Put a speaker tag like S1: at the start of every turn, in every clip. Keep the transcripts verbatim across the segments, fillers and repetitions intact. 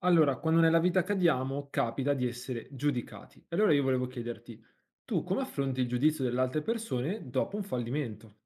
S1: Allora, quando nella vita cadiamo, capita di essere giudicati. E allora io volevo chiederti, tu come affronti il giudizio delle altre persone dopo un fallimento?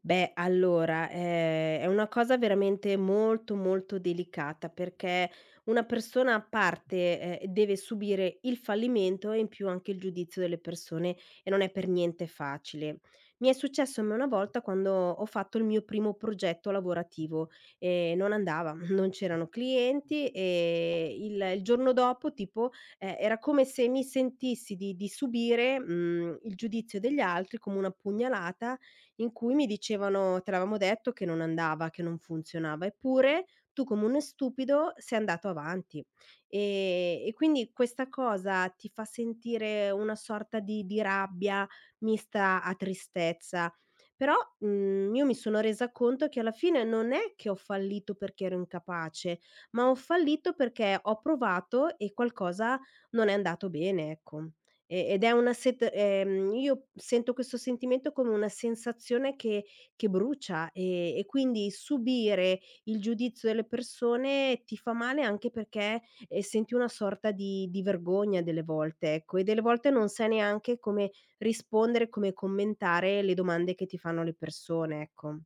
S2: Beh, allora, ehm, è una cosa veramente molto, molto delicata perché una persona a parte, ehm, deve subire il fallimento e in più anche il giudizio delle persone e non è per niente facile. Mi è successo a me una volta quando ho fatto il mio primo progetto lavorativo e non andava, non c'erano clienti e il il giorno dopo tipo, ehm, era come se mi sentissi di di subire, mhmm, il giudizio degli altri come una pugnalata in cui mi dicevano: "Te l'avevamo detto che non andava, che non funzionava, eppure tu come uno stupido sei andato avanti". Ehm, e quindi questa cosa ti fa sentire una sorta di di rabbia mista a tristezza. Però, mhmm, io mi sono resa conto che alla fine non è che ho fallito perché ero incapace, ma ho fallito perché ho provato e qualcosa non è andato bene, ecco. E ed è una set ehm, Io sento questo sentimento come una sensazione che che brucia, ehm, e quindi subire il giudizio delle persone ti fa male anche perché, ehm, senti una sorta di di vergogna delle volte, ecco, e delle volte non sai neanche come rispondere, come commentare le domande che ti fanno le persone, ecco.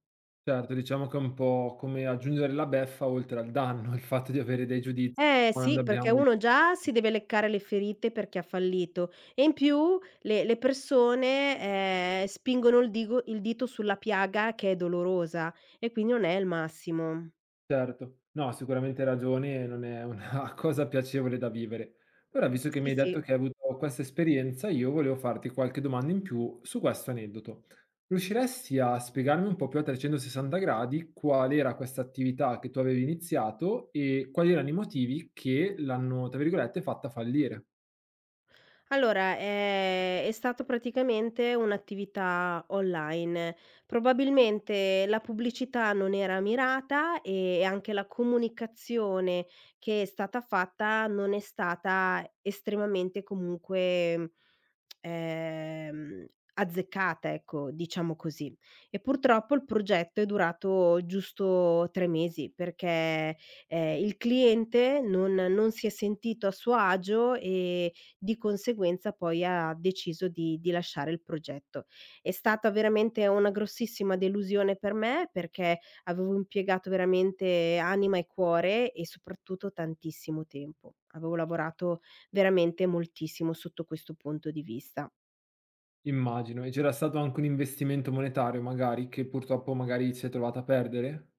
S1: Certo, diciamo che è un po' come aggiungere la beffa oltre al danno, il fatto di avere dei giudizi
S2: Eh
S1: quando
S2: sì, perché
S1: abbiamo dei
S2: uno già si deve leccare le ferite perché ha fallito e in più le le persone, ehm, spingono il digo il dito sulla piaga che è dolorosa e quindi non è il massimo.
S1: certo. No, sicuramente hai ragione e non è una cosa piacevole da vivere. Ora, visto che
S2: Sì,
S1: mi hai detto
S2: sì.
S1: che hai avuto questa esperienza, io volevo farti qualche domanda in più su questo aneddoto. Riusciresti a spiegarmi un po' più a trecentosessanta gradi qual era questa attività che tu avevi iniziato e quali erano i motivi che l'hanno, tra virgolette, fatta fallire?
S2: Allora, ehm, è stato praticamente un'attività online. Probabilmente la pubblicità non era mirata e anche la comunicazione che è stata fatta non è stata estremamente comunque ehm, azzeccata, ecco, diciamo così. E purtroppo il progetto è durato giusto tre mesi perché, ehm, il cliente non non si è sentito a suo agio e di conseguenza poi ha deciso di di lasciare il progetto. È stata veramente una grossissima delusione per me perché avevo impiegato veramente anima e cuore e soprattutto tantissimo tempo. Avevo lavorato veramente moltissimo sotto questo punto di vista.
S1: Immagino. E c'era stato anche un investimento monetario magari che purtroppo magari si è trovata a perdere?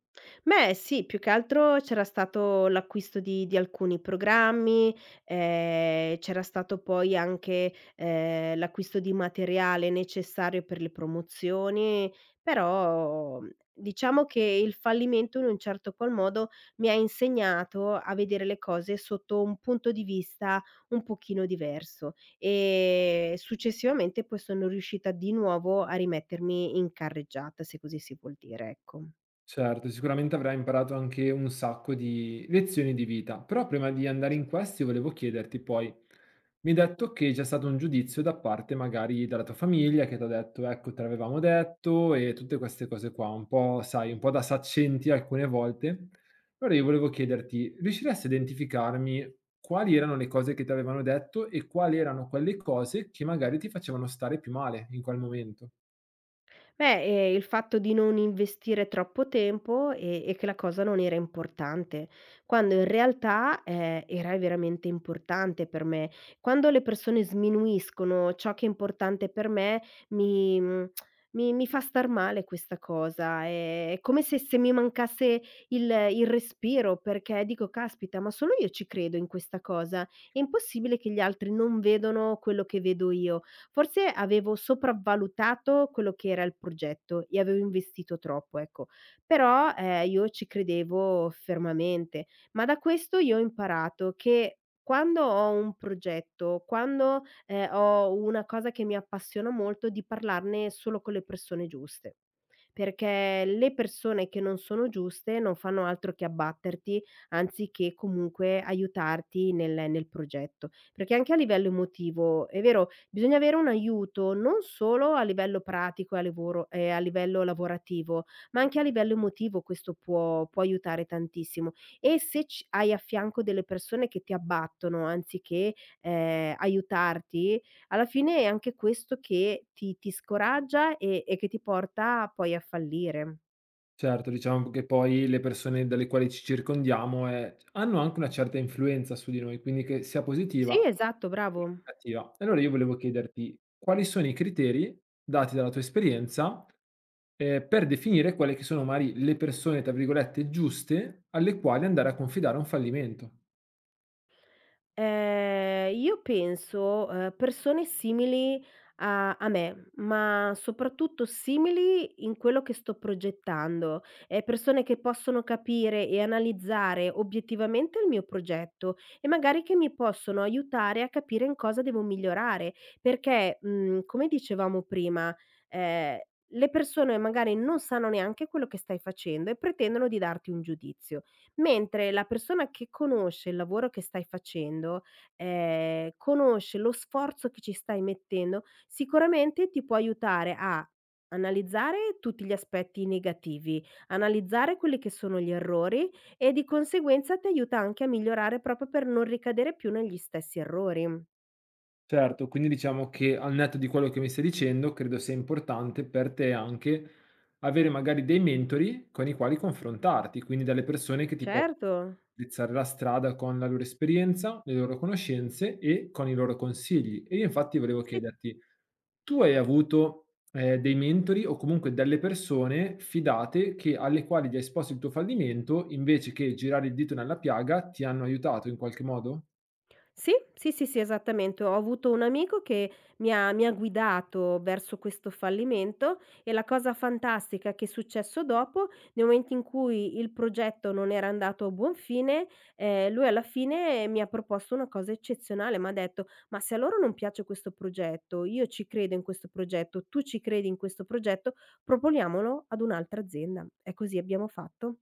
S2: Beh sì, più che altro c'era stato l'acquisto di di alcuni programmi, ehm, c'era stato poi anche, ehm, l'acquisto di materiale necessario per le promozioni, però, mhmm, diciamo che il fallimento in un certo qual modo mi ha insegnato a vedere le cose sotto un punto di vista un pochino diverso e successivamente poi sono riuscita di nuovo a rimettermi in carreggiata, se così si vuol dire, ecco.
S1: Certo, sicuramente avrai imparato anche un sacco di lezioni di vita, però prima di andare in questi volevo chiederti poi, mi hai detto che c'è stato un giudizio da parte magari dalla tua famiglia che ti ha detto ecco te l'avevamo detto e tutte queste cose qua, un po' sai, un po' da saccenti alcune volte. Allora io volevo chiederti, riusciresti a identificarmi quali erano le cose che ti avevano detto e quali erano quelle cose che magari ti facevano stare più male in quel momento?
S2: Beh, ehm, il fatto di non investire troppo tempo e e che la cosa non era importante, quando in realtà, ehm, era veramente importante per me. Quando le persone sminuiscono ciò che è importante per me, mi mhmm, mi mi fa star male questa cosa. È come se se mi mancasse il il respiro, perché dico: "Caspita, ma solo io ci credo in questa cosa. È impossibile che gli altri non vedano quello che vedo io". Forse avevo sopravvalutato quello che era il progetto e avevo investito troppo, ecco. Però, ehm, io ci credevo fermamente, ma da questo io ho imparato che quando ho un progetto, quando, ehm, ho una cosa che mi appassiona molto, di parlarne solo con le persone giuste, perché le persone che non sono giuste non fanno altro che abbatterti, anziché comunque aiutarti nel nel progetto. Perché anche a livello emotivo, è vero bisogna avere un aiuto, non solo a livello pratico e a livoro e a livello lavorativo, ma anche a livello emotivo questo può può aiutare tantissimo. E se c hai a fianco delle persone che ti abbattono anziché, ehm, aiutarti, alla fine è anche questo che ti ti scoraggia e e che ti porta poi a fallire.
S1: Certo, diciamo che poi le persone dalle quali ci circondiamo, ehm, hanno anche una certa influenza su di noi, quindi che sia positiva
S2: Sì, esatto,
S1: che
S2: bravo.
S1: cattiva. E allora io volevo chiederti: quali sono i criteri dati dalla tua esperienza, ehm, per definire quelle che sono magari le persone, tra virgolette, "giuste" alle quali andare a confidare un fallimento?
S2: Ehm, io penso, ehm, persone simili a a me, ma soprattutto simili in quello che sto progettando, ehm, persone che possono capire e analizzare obiettivamente il mio progetto e magari che mi possono aiutare a capire in cosa devo migliorare, perché, mhmm, come dicevamo prima, ehm, le persone magari non sanno neanche quello che stai facendo e pretendono di darti un giudizio. Mentre la persona che conosce il lavoro che stai facendo, ehm, conosce lo sforzo che ci stai mettendo, sicuramente ti può aiutare a analizzare tutti gli aspetti negativi, analizzare quelli che sono gli errori e di conseguenza ti aiuta anche a migliorare proprio per non ricadere più negli stessi errori.
S1: Certo, quindi diciamo che al netto di quello che mi stai dicendo, credo sia importante per te anche avere magari dei mentori con i quali confrontarti, quindi delle persone che ti possono
S2: Certo.
S1: indirizzare la strada con la loro esperienza, le loro conoscenze e con i loro consigli. E io infatti volevo
S2: Sì,
S1: chiederti, tu hai avuto, ehm, dei mentori o comunque delle persone fidate che alle quali gli hai esposto il tuo fallimento, invece che girare il dito nella piaga, ti hanno aiutato in qualche modo?
S2: Sì, sì, sì, sì, esattamente. Ho avuto un amico che mi ha mi ha guidato verso questo fallimento e la cosa fantastica che è successo dopo, nel momento in cui il progetto non era andato a buon fine, ehm, lui alla fine mi ha proposto una cosa eccezionale, m'ha detto: "Ma se a loro non piace questo progetto, io ci credo in questo progetto, tu ci credi in questo progetto, proponiamolo ad un'altra azienda." E così abbiamo fatto.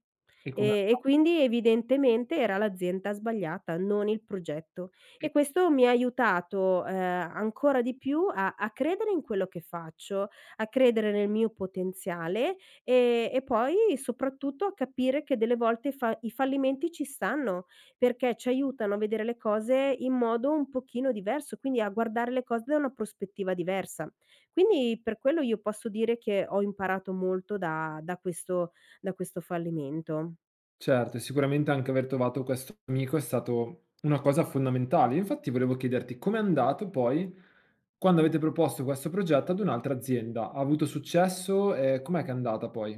S1: E come
S2: E e quindi evidentemente era l'azienda sbagliata, non il progetto. E questo mi ha aiutato, ehm, ancora di più a a credere in quello che faccio, a credere nel mio potenziale, ehm, e poi soprattutto a capire che delle volte fa i fallimenti ci stanno, perché ci aiutano a vedere le cose in modo un pochino diverso, quindi a guardare le cose da una prospettiva diversa. Quindi per quello io posso dire che ho imparato molto da da questo da questo fallimento.
S1: certo, e sicuramente anche aver trovato questo amico è stato una cosa fondamentale. Io infatti volevo chiederti com'è andato poi quando avete proposto questo progetto ad un'altra azienda? Ha avuto successo e com'è che è andata poi?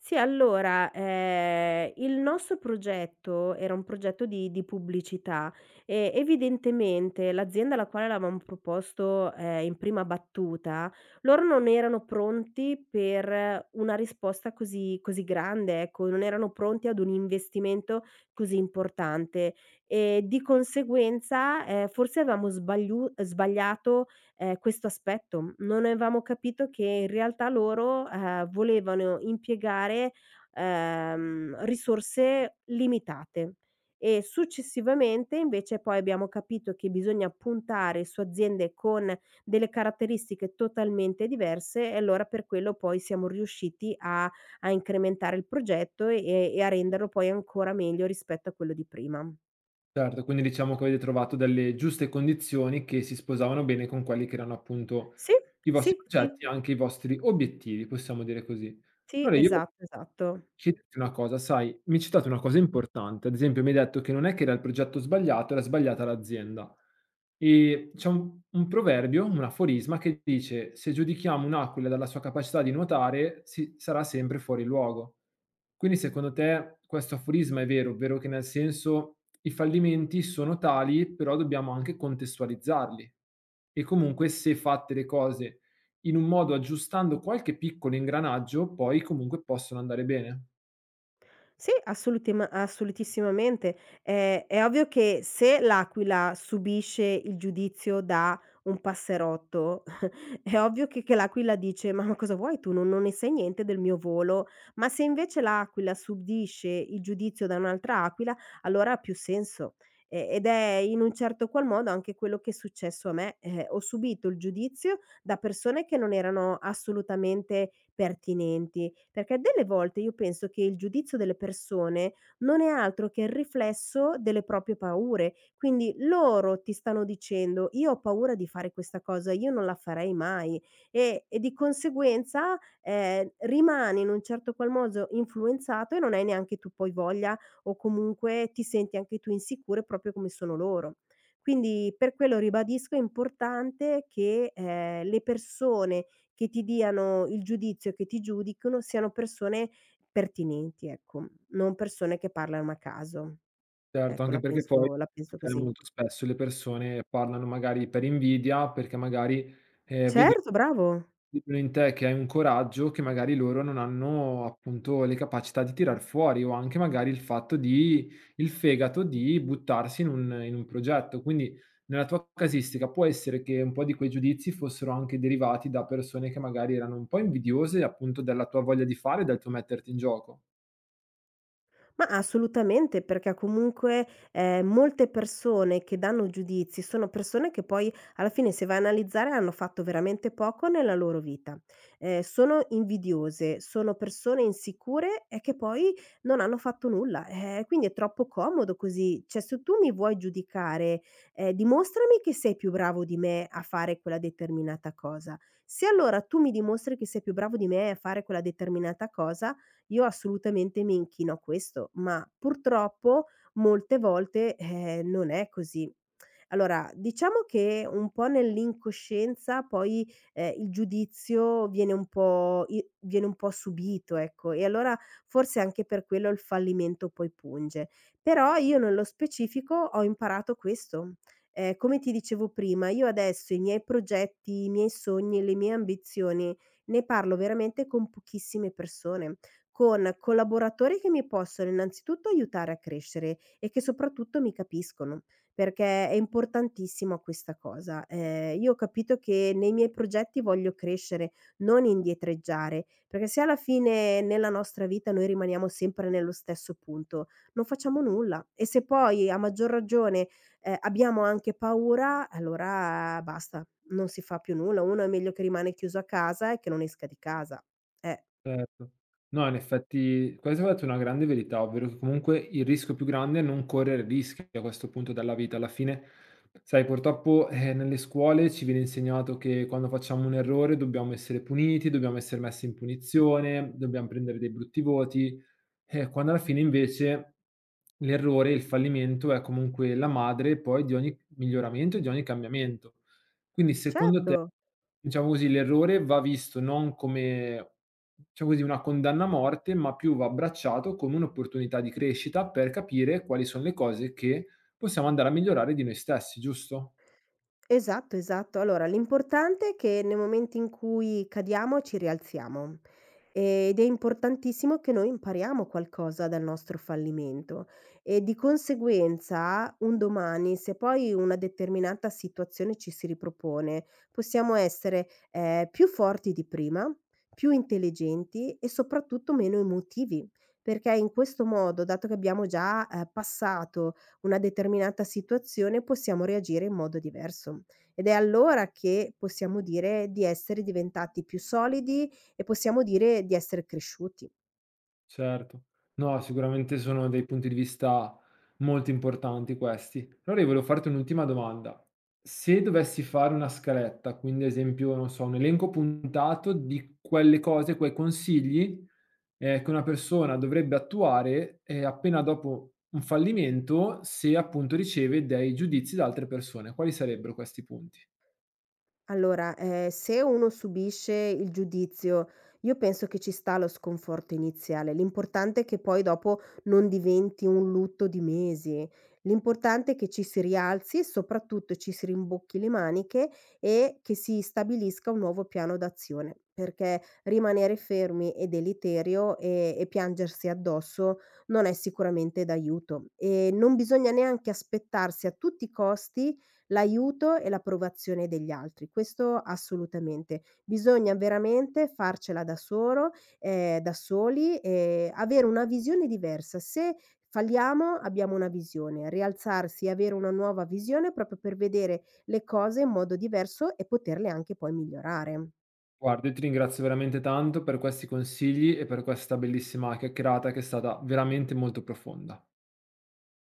S2: Sì, allora, ehm, il nostro progetto era un progetto di di pubblicità e evidentemente l'azienda alla quale l'avevamo proposto, ehm, in prima battuta, loro non erano pronti per una risposta così così grande, ecco, non erano pronti ad un investimento così importante e di conseguenza, ehm, forse avevamo sbagliu sbagliato ehm, questo aspetto. Non avevamo capito che in realtà loro, ehm, volevano impiegare, ehm, risorse limitate e successivamente invece poi abbiamo capito che bisogna puntare su aziende con delle caratteristiche totalmente diverse e allora per quello poi siamo riusciti a a incrementare il progetto e e a renderlo poi ancora meglio rispetto a quello di prima.
S1: Certo, quindi diciamo che avete trovato delle giuste condizioni che si sposavano bene con quelli che erano appunto
S2: Sì,
S1: i vostri
S2: sì, sì,
S1: progetti e anche i vostri obiettivi, possiamo dire così.
S2: sì,
S1: Allora io
S2: esatto, esatto.
S1: ci dici una cosa, sai, mi hai citato una cosa importante, ad esempio mi hai detto che non è che era il progetto sbagliato, era sbagliata l'azienda. E c'è un un proverbio, un aforisma che dice: "Se giudichiamo un'aquila dalla sua capacità di nuotare, si sarà sempre fuori luogo". Quindi secondo te questo aforisma è vero, ovvero che nel senso i fallimenti sono tali, però dobbiamo anche contestualizzarli. E comunque se fatte le cose in un modo aggiustando qualche piccolo ingranaggio, poi comunque possono andare bene.
S2: Sì, assolutema assolutissimamente. Ehm, è ovvio che se l'aquila subisce il giudizio da un passerotto, è ovvio che che l'aquila dice: "Ma ma cosa vuoi tu? Non non ne sai niente del mio volo". Ma se invece l'aquila subisce il giudizio da un'altra aquila, allora ha più senso. E ed è in un certo qual modo anche quello che è successo a me. Eh, ho subito il giudizio da persone che non erano assolutamente pertinenti. Perché delle volte io penso che il giudizio delle persone non è altro che il riflesso delle proprie paure, quindi loro ti stanno dicendo: "Io ho paura di fare questa cosa, io non la farei mai", e e di conseguenza, ehm, rimani in un certo qual modo influenzato e non hai neanche tu poi voglia o comunque ti senti anche tu insicuro proprio come sono loro. Quindi per quello ribadisco è importante che, ehm, le persone che ti diano il giudizio, che ti giudicano, siano persone pertinenti, ecco, non persone che parlano a caso.
S1: Certo,
S2: Ecco,
S1: anche
S2: la
S1: perché poi
S2: penso la penso
S1: eh,
S2: così.
S1: molto spesso le persone parlano magari per invidia, perché magari, ehm, vedo
S2: Certo, bravo.
S1: vedono in te che hai un coraggio che magari loro non hanno appunto le capacità di tirar fuori, o anche magari il fatto di il fegato di buttarsi in un in un progetto. Quindi nella tua casistica può essere che un po' di quei giudizi fossero anche derivati da persone che magari erano un po' invidiose, appunto, della tua voglia di fare e del tuo metterti in gioco?
S2: Ma assolutamente, perché comunque, ehm, molte persone che danno giudizi sono persone che poi alla fine, se vai a analizzare, hanno fatto veramente poco nella loro vita. Ehm, sono invidiose, sono persone insicure e che poi non hanno fatto nulla. Eh, quindi è troppo comodo così. Cioè, se tu mi vuoi giudicare, ehm, dimostrami che sei più bravo di me a fare quella determinata cosa. Se allora tu mi dimostri che sei più bravo di me a fare quella determinata cosa io assolutamente mi inchino a questo, ma purtroppo molte volte, eh, non è così. Allora, diciamo che un po' nell'incoscienza poi, ehm, il giudizio viene un po' i viene un po' subito, ecco, e allora forse anche per quello il fallimento poi punge. Però io nello specifico ho imparato questo. Ehm, come ti dicevo prima, io adesso i miei progetti, i miei sogni, le mie ambizioni, ne parlo veramente con pochissime persone con collaboratori che mi possono innanzitutto aiutare a crescere e che soprattutto mi capiscono, perché è importantissima questa cosa. Ehm, io ho capito che nei miei progetti voglio crescere, non indietreggiare, perché se alla fine nella nostra vita noi rimaniamo sempre nello stesso punto, non facciamo nulla e se poi a maggior ragione, ehm, abbiamo anche paura, allora basta, non si fa più nulla. Uno è meglio che rimane chiuso a casa e che non esca di casa. Eh,
S1: Certo. No, in effetti questo hai detto una grande verità, ovvero che comunque il rischio più grande è non correre rischi a questo punto della vita. Alla fine, sai, purtroppo, eh, nelle scuole ci viene insegnato che quando facciamo un errore dobbiamo essere puniti, dobbiamo essere messi in punizione, dobbiamo prendere dei brutti voti, eh, quando alla fine invece l'errore, il fallimento è comunque la madre poi di ogni miglioramento e di ogni cambiamento. Quindi secondo te
S2: certo.
S1: diciamo così, l'errore va visto non come diciamo così, una condanna a morte, ma più va abbracciato come un'opportunità di crescita per capire quali sono le cose che possiamo andare a migliorare di noi stessi, giusto?
S2: Esatto, esatto. Allora, l'importante è che nei momenti in cui cadiamo ci rialziamo ed è importantissimo che noi impariamo qualcosa dal nostro fallimento e di conseguenza un domani, se poi una determinata situazione ci si ripropone, possiamo essere eh, più forti di prima, più intelligenti e soprattutto meno emotivi. Perché in questo modo, dato che abbiamo già eh, passato una determinata situazione, possiamo reagire in modo diverso. Ed è allora che possiamo dire di essere diventati più solidi e possiamo dire di essere cresciuti.
S1: Certo. No, sicuramente sono dei punti di vista molto importanti questi. Allora io volevo farti un'ultima domanda. Se dovessi fare una scaletta, quindi ad esempio, non so, un elenco puntato di quelle cose, quei consigli, eh, che una persona dovrebbe attuare, eh, appena dopo un fallimento, se appunto riceve dei giudizi da altre persone, quali sarebbero questi punti?
S2: Allora, ehm, se uno subisce il giudizio, io penso che ci sta lo sconforto iniziale, l'importante è che poi dopo non diventi un lutto di mesi. L'importante è che ci si rialzi e soprattutto ci si rimbocchi le maniche e che si stabilisca un nuovo piano d'azione, perché rimanere fermi è deleterio e e piangersi addosso non è sicuramente d'aiuto. E non bisogna neanche aspettarsi a tutti i costi l'aiuto e l'approvazione degli altri, questo assolutamente. Bisogna veramente farcela da solo ehm, da soli e avere una visione diversa. Se falliamo abbiamo una visione, rialzarsi e avere una nuova visione proprio per vedere le cose in modo diverso e poterle anche poi migliorare.
S1: Guarda, io ti ringrazio veramente tanto per questi consigli e per questa bellissima chiacchierata che è stata veramente molto profonda.